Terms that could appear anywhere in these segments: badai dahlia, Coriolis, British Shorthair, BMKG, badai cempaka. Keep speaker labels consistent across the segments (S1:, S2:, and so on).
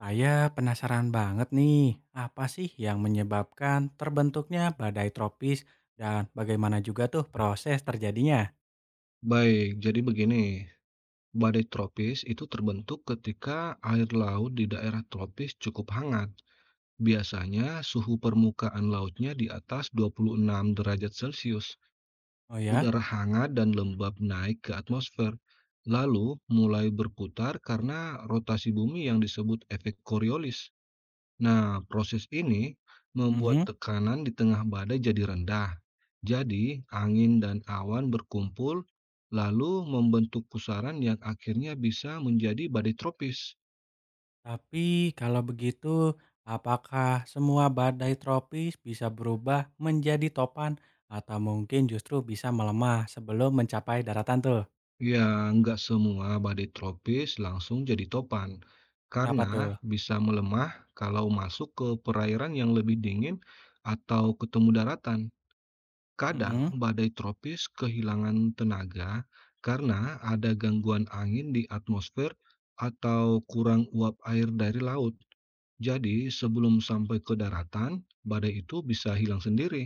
S1: Saya penasaran banget nih, apa sih yang menyebabkan terbentuknya badai tropis dan bagaimana juga tuh proses terjadinya?
S2: Baik, jadi begini, badai tropis itu terbentuk ketika air laut di daerah tropis cukup hangat. Biasanya suhu permukaan lautnya di atas 26 derajat Celcius.
S1: Oh ya?
S2: Udara hangat dan lembab naik ke atmosfer, lalu mulai berputar karena rotasi bumi yang disebut efek Coriolis. Nah, proses ini membuat
S1: Mhm.
S2: tekanan di tengah badai jadi rendah. Jadi, angin dan awan berkumpul, lalu membentuk pusaran yang akhirnya bisa menjadi badai tropis.
S1: Tapi kalau begitu, apakah semua badai tropis bisa berubah menjadi topan atau mungkin justru bisa melemah sebelum mencapai daratan tuh?
S2: Ya, nggak semua badai tropis langsung jadi topan,
S1: Kenapa
S2: karena
S1: tuh?
S2: bisa melemah kalau masuk ke perairan yang lebih dingin atau ketemu daratan. Kadang
S1: Mhm.
S2: badai tropis kehilangan tenaga karena ada gangguan angin di atmosfer atau kurang uap air dari laut. Jadi, sebelum sampai ke daratan, badai itu bisa hilang sendiri.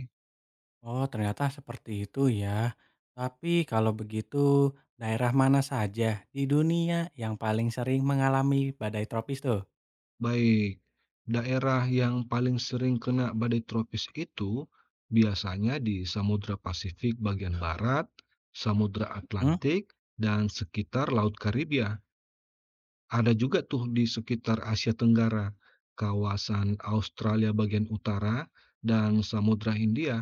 S1: Oh, ternyata seperti itu ya. Tapi kalau begitu, daerah mana saja di dunia yang paling sering mengalami badai tropis tuh?
S2: Baik, daerah yang paling sering kena badai tropis itu biasanya di Samudra Pasifik bagian barat, Samudra
S1: Hmm?
S2: Atlantik, dan sekitar Laut Karibia. Ada juga tuh di sekitar Asia Tenggara, kawasan Australia bagian utara, dan Samudra Hindia,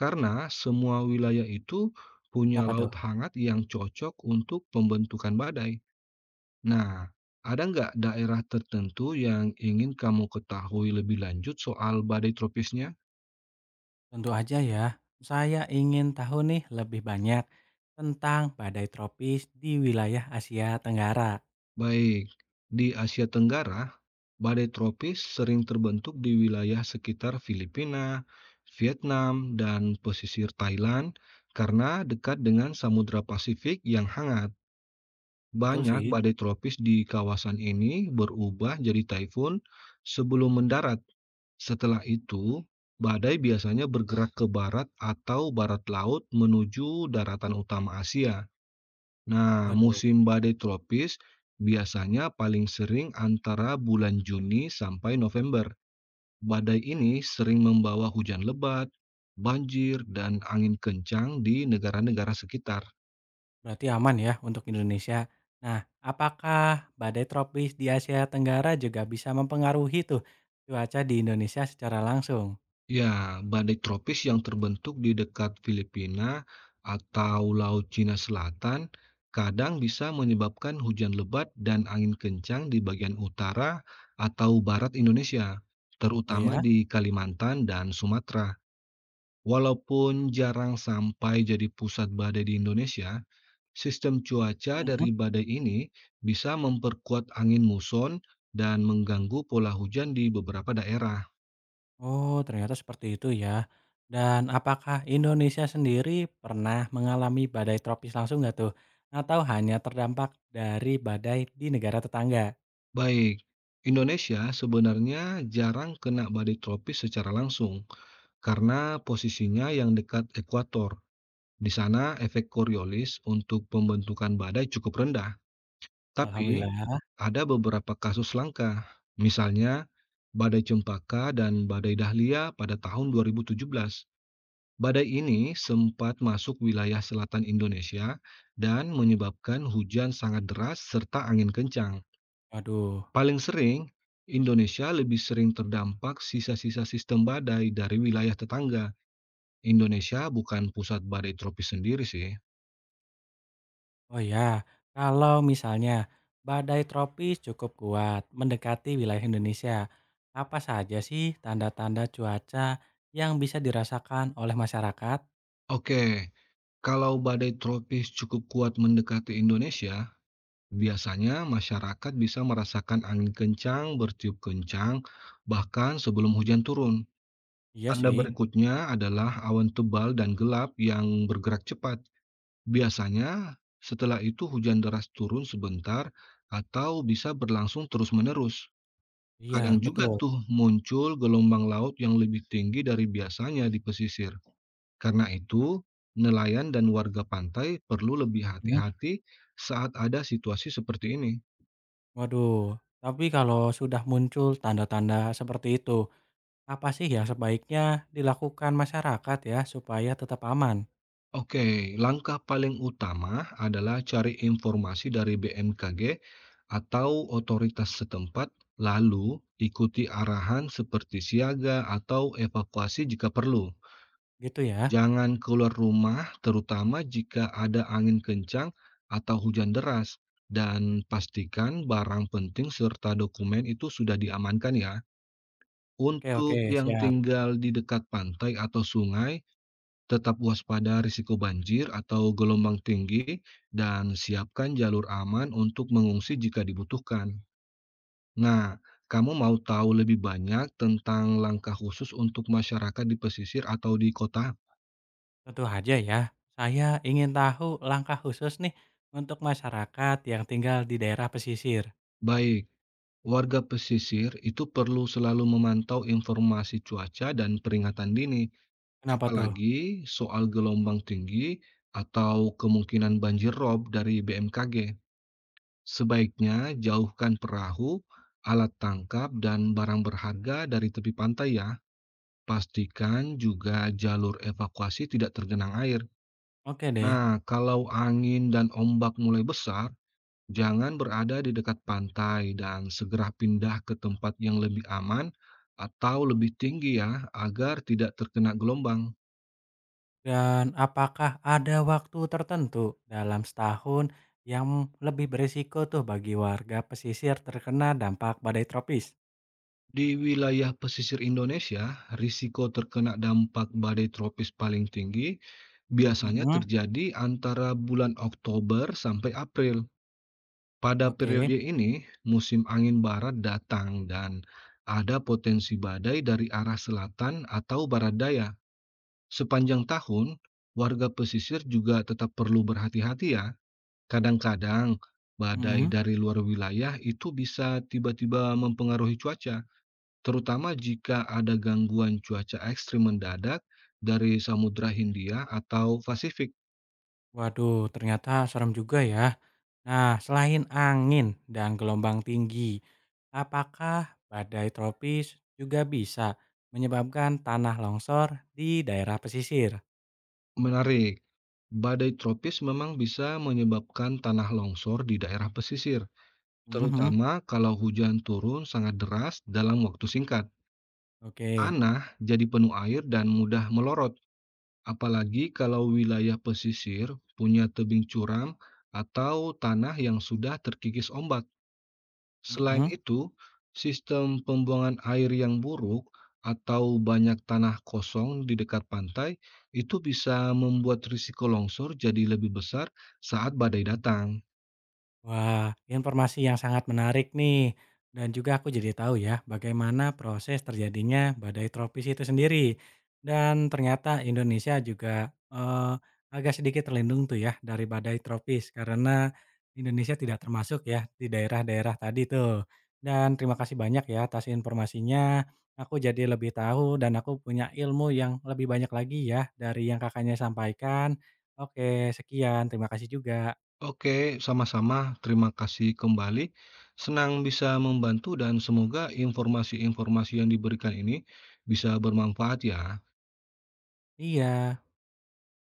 S2: karena semua wilayah itu punya
S1: Kenapa tuh?
S2: laut hangat yang cocok untuk pembentukan badai. Nah, ada nggak daerah tertentu yang ingin kamu ketahui lebih lanjut soal badai tropisnya?
S1: Tentu aja ya. Saya ingin tahu nih lebih banyak tentang badai tropis di wilayah Asia Tenggara.
S2: Baik, di Asia Tenggara, badai tropis sering terbentuk di wilayah sekitar Filipina, Vietnam, dan pesisir Thailand karena dekat dengan Samudra Pasifik yang hangat.
S1: Betul sih.
S2: Banyak badai tropis di kawasan ini berubah jadi taifun sebelum mendarat. Setelah itu, badai biasanya bergerak ke barat atau barat laut menuju daratan utama Asia. Nah,
S1: Waduh,
S2: musim badai tropis biasanya paling sering antara bulan Juni sampai November. Badai ini sering membawa hujan lebat, banjir, dan angin kencang di negara-negara sekitar.
S1: berarti aman ya untuk Indonesia. Nah, apakah badai tropis di Asia Tenggara juga bisa mempengaruhi tuh cuaca di Indonesia secara langsung?
S2: Ya, badai tropis yang terbentuk di dekat Filipina atau Laut Cina Selatan kadang bisa menyebabkan hujan lebat dan angin kencang di bagian utara atau barat Indonesia,
S1: Oh
S2: terutama
S1: ya?
S2: di Kalimantan dan Sumatera. Walaupun jarang sampai jadi pusat badai di Indonesia, sistem cuaca dari
S1: Mhm.
S2: badai ini bisa memperkuat angin muson dan mengganggu pola hujan di beberapa daerah.
S1: Oh, ternyata seperti itu ya. Dan apakah Indonesia sendiri pernah mengalami badai tropis langsung nggak tuh? Atau hanya terdampak dari badai di negara tetangga?
S2: Baik, Indonesia sebenarnya jarang kena badai tropis secara langsung karena posisinya yang dekat ekuator. Di sana efek Coriolis untuk pembentukan badai cukup rendah. Tapi,
S1: Alhamdulillah.
S2: ada beberapa kasus langka, misalnya badai cempaka dan badai dahlia pada tahun 2017. Badai ini sempat masuk wilayah selatan Indonesia dan menyebabkan hujan sangat deras serta angin kencang.
S1: Waduh.
S2: Paling sering, Indonesia lebih sering terdampak sisa-sisa sistem badai dari wilayah tetangga. Indonesia bukan pusat badai tropis sendiri sih.
S1: Oh ya, kalau misalnya badai tropis cukup kuat mendekati wilayah Indonesia, apa saja sih tanda-tanda cuaca yang bisa dirasakan oleh masyarakat?
S2: Oke, kalau badai tropis cukup kuat mendekati Indonesia, biasanya, masyarakat bisa merasakan angin kencang, bertiup kencang, bahkan sebelum hujan turun.
S1: Iya
S2: Tanda
S1: sih.
S2: berikutnya adalah awan tebal dan gelap yang bergerak cepat. Biasanya, setelah itu hujan deras turun sebentar atau bisa berlangsung terus-menerus. Kadang
S1: Iya,
S2: juga
S1: betul.
S2: tuh muncul gelombang laut yang lebih tinggi dari biasanya di pesisir. Karena itu, nelayan dan warga pantai perlu lebih
S1: Hmm.
S2: hati-hati saat ada situasi seperti ini.
S1: Waduh, tapi kalau sudah muncul tanda-tanda seperti itu, apa sih yang sebaiknya dilakukan masyarakat ya supaya tetap aman?
S2: Oke, langkah paling utama adalah cari informasi dari BMKG atau otoritas setempat, lalu ikuti arahan seperti siaga atau evakuasi jika perlu.
S1: Gitu ya.
S2: Jangan keluar rumah, terutama jika ada angin kencang atau hujan deras, dan pastikan barang penting serta dokumen itu sudah diamankan ya.
S1: Oke, oke,
S2: Untuk yang
S1: siap.
S2: tinggal di dekat pantai atau sungai, tetap waspada risiko banjir atau gelombang tinggi dan siapkan jalur aman untuk mengungsi jika dibutuhkan. Nah, kamu mau tahu lebih banyak tentang langkah khusus untuk masyarakat di pesisir atau di kota?
S1: Tentu aja ya. Saya ingin tahu langkah khusus nih untuk masyarakat yang tinggal di daerah pesisir.
S2: Baik, warga pesisir itu perlu selalu memantau informasi cuaca dan peringatan dini,
S1: Kenapa tuh?
S2: apalagi soal gelombang tinggi atau kemungkinan banjir rob dari BMKG. Sebaiknya jauhkan perahu, alat tangkap, dan barang berharga dari tepi pantai ya. Pastikan juga jalur evakuasi tidak tergenang air.
S1: Oke deh.
S2: Nah, kalau angin dan ombak mulai besar, jangan berada di dekat pantai dan segera pindah ke tempat yang lebih aman atau lebih tinggi ya, agar tidak terkena gelombang.
S1: Dan apakah ada waktu tertentu dalam setahun yang lebih berisiko tuh bagi warga pesisir terkena dampak badai tropis?
S2: Di wilayah pesisir Indonesia, risiko terkena dampak badai tropis paling tinggi biasanya
S1: Mm-mm,
S2: terjadi antara bulan Oktober sampai April. Pada
S1: Oke.
S2: periode ini, musim angin barat datang dan ada potensi badai dari arah selatan atau barat daya. Sepanjang tahun, warga pesisir juga tetap perlu berhati-hati ya. Kadang-kadang, badai
S1: Mhm.
S2: dari luar wilayah itu bisa tiba-tiba mempengaruhi cuaca terutama jika ada gangguan cuaca ekstrim mendadak dari Samudra Hindia atau Pasifik.
S1: Waduh, ternyata serem juga ya. Nah, selain angin dan gelombang tinggi, apakah badai tropis juga bisa menyebabkan tanah longsor di daerah pesisir?
S2: Menarik, badai tropis memang bisa menyebabkan tanah longsor di daerah pesisir,
S1: Mhm.
S2: terutama kalau hujan turun sangat deras dalam waktu singkat.
S1: Oke.
S2: Tanah jadi penuh air dan mudah melorot, apalagi kalau wilayah pesisir punya tebing curam atau tanah yang sudah terkikis ombak. Selain
S1: Mhm.
S2: itu, sistem pembuangan air yang buruk atau banyak tanah kosong di dekat pantai itu bisa membuat risiko longsor jadi lebih besar saat badai datang.
S1: Wah, informasi yang sangat menarik nih. Dan juga aku jadi tahu ya bagaimana proses terjadinya badai tropis itu sendiri. Dan ternyata Indonesia juga agak sedikit terlindung tuh ya dari badai tropis karena Indonesia tidak termasuk ya di daerah-daerah tadi tuh. Dan terima kasih banyak ya atas informasinya. Aku jadi lebih tahu dan aku punya ilmu yang lebih banyak lagi ya dari yang kakaknya sampaikan. Oke, sekian. Terima kasih juga.
S2: Oke, sama-sama. Terima kasih kembali. Senang bisa membantu dan semoga informasi-informasi yang diberikan ini bisa bermanfaat ya.
S1: Iya.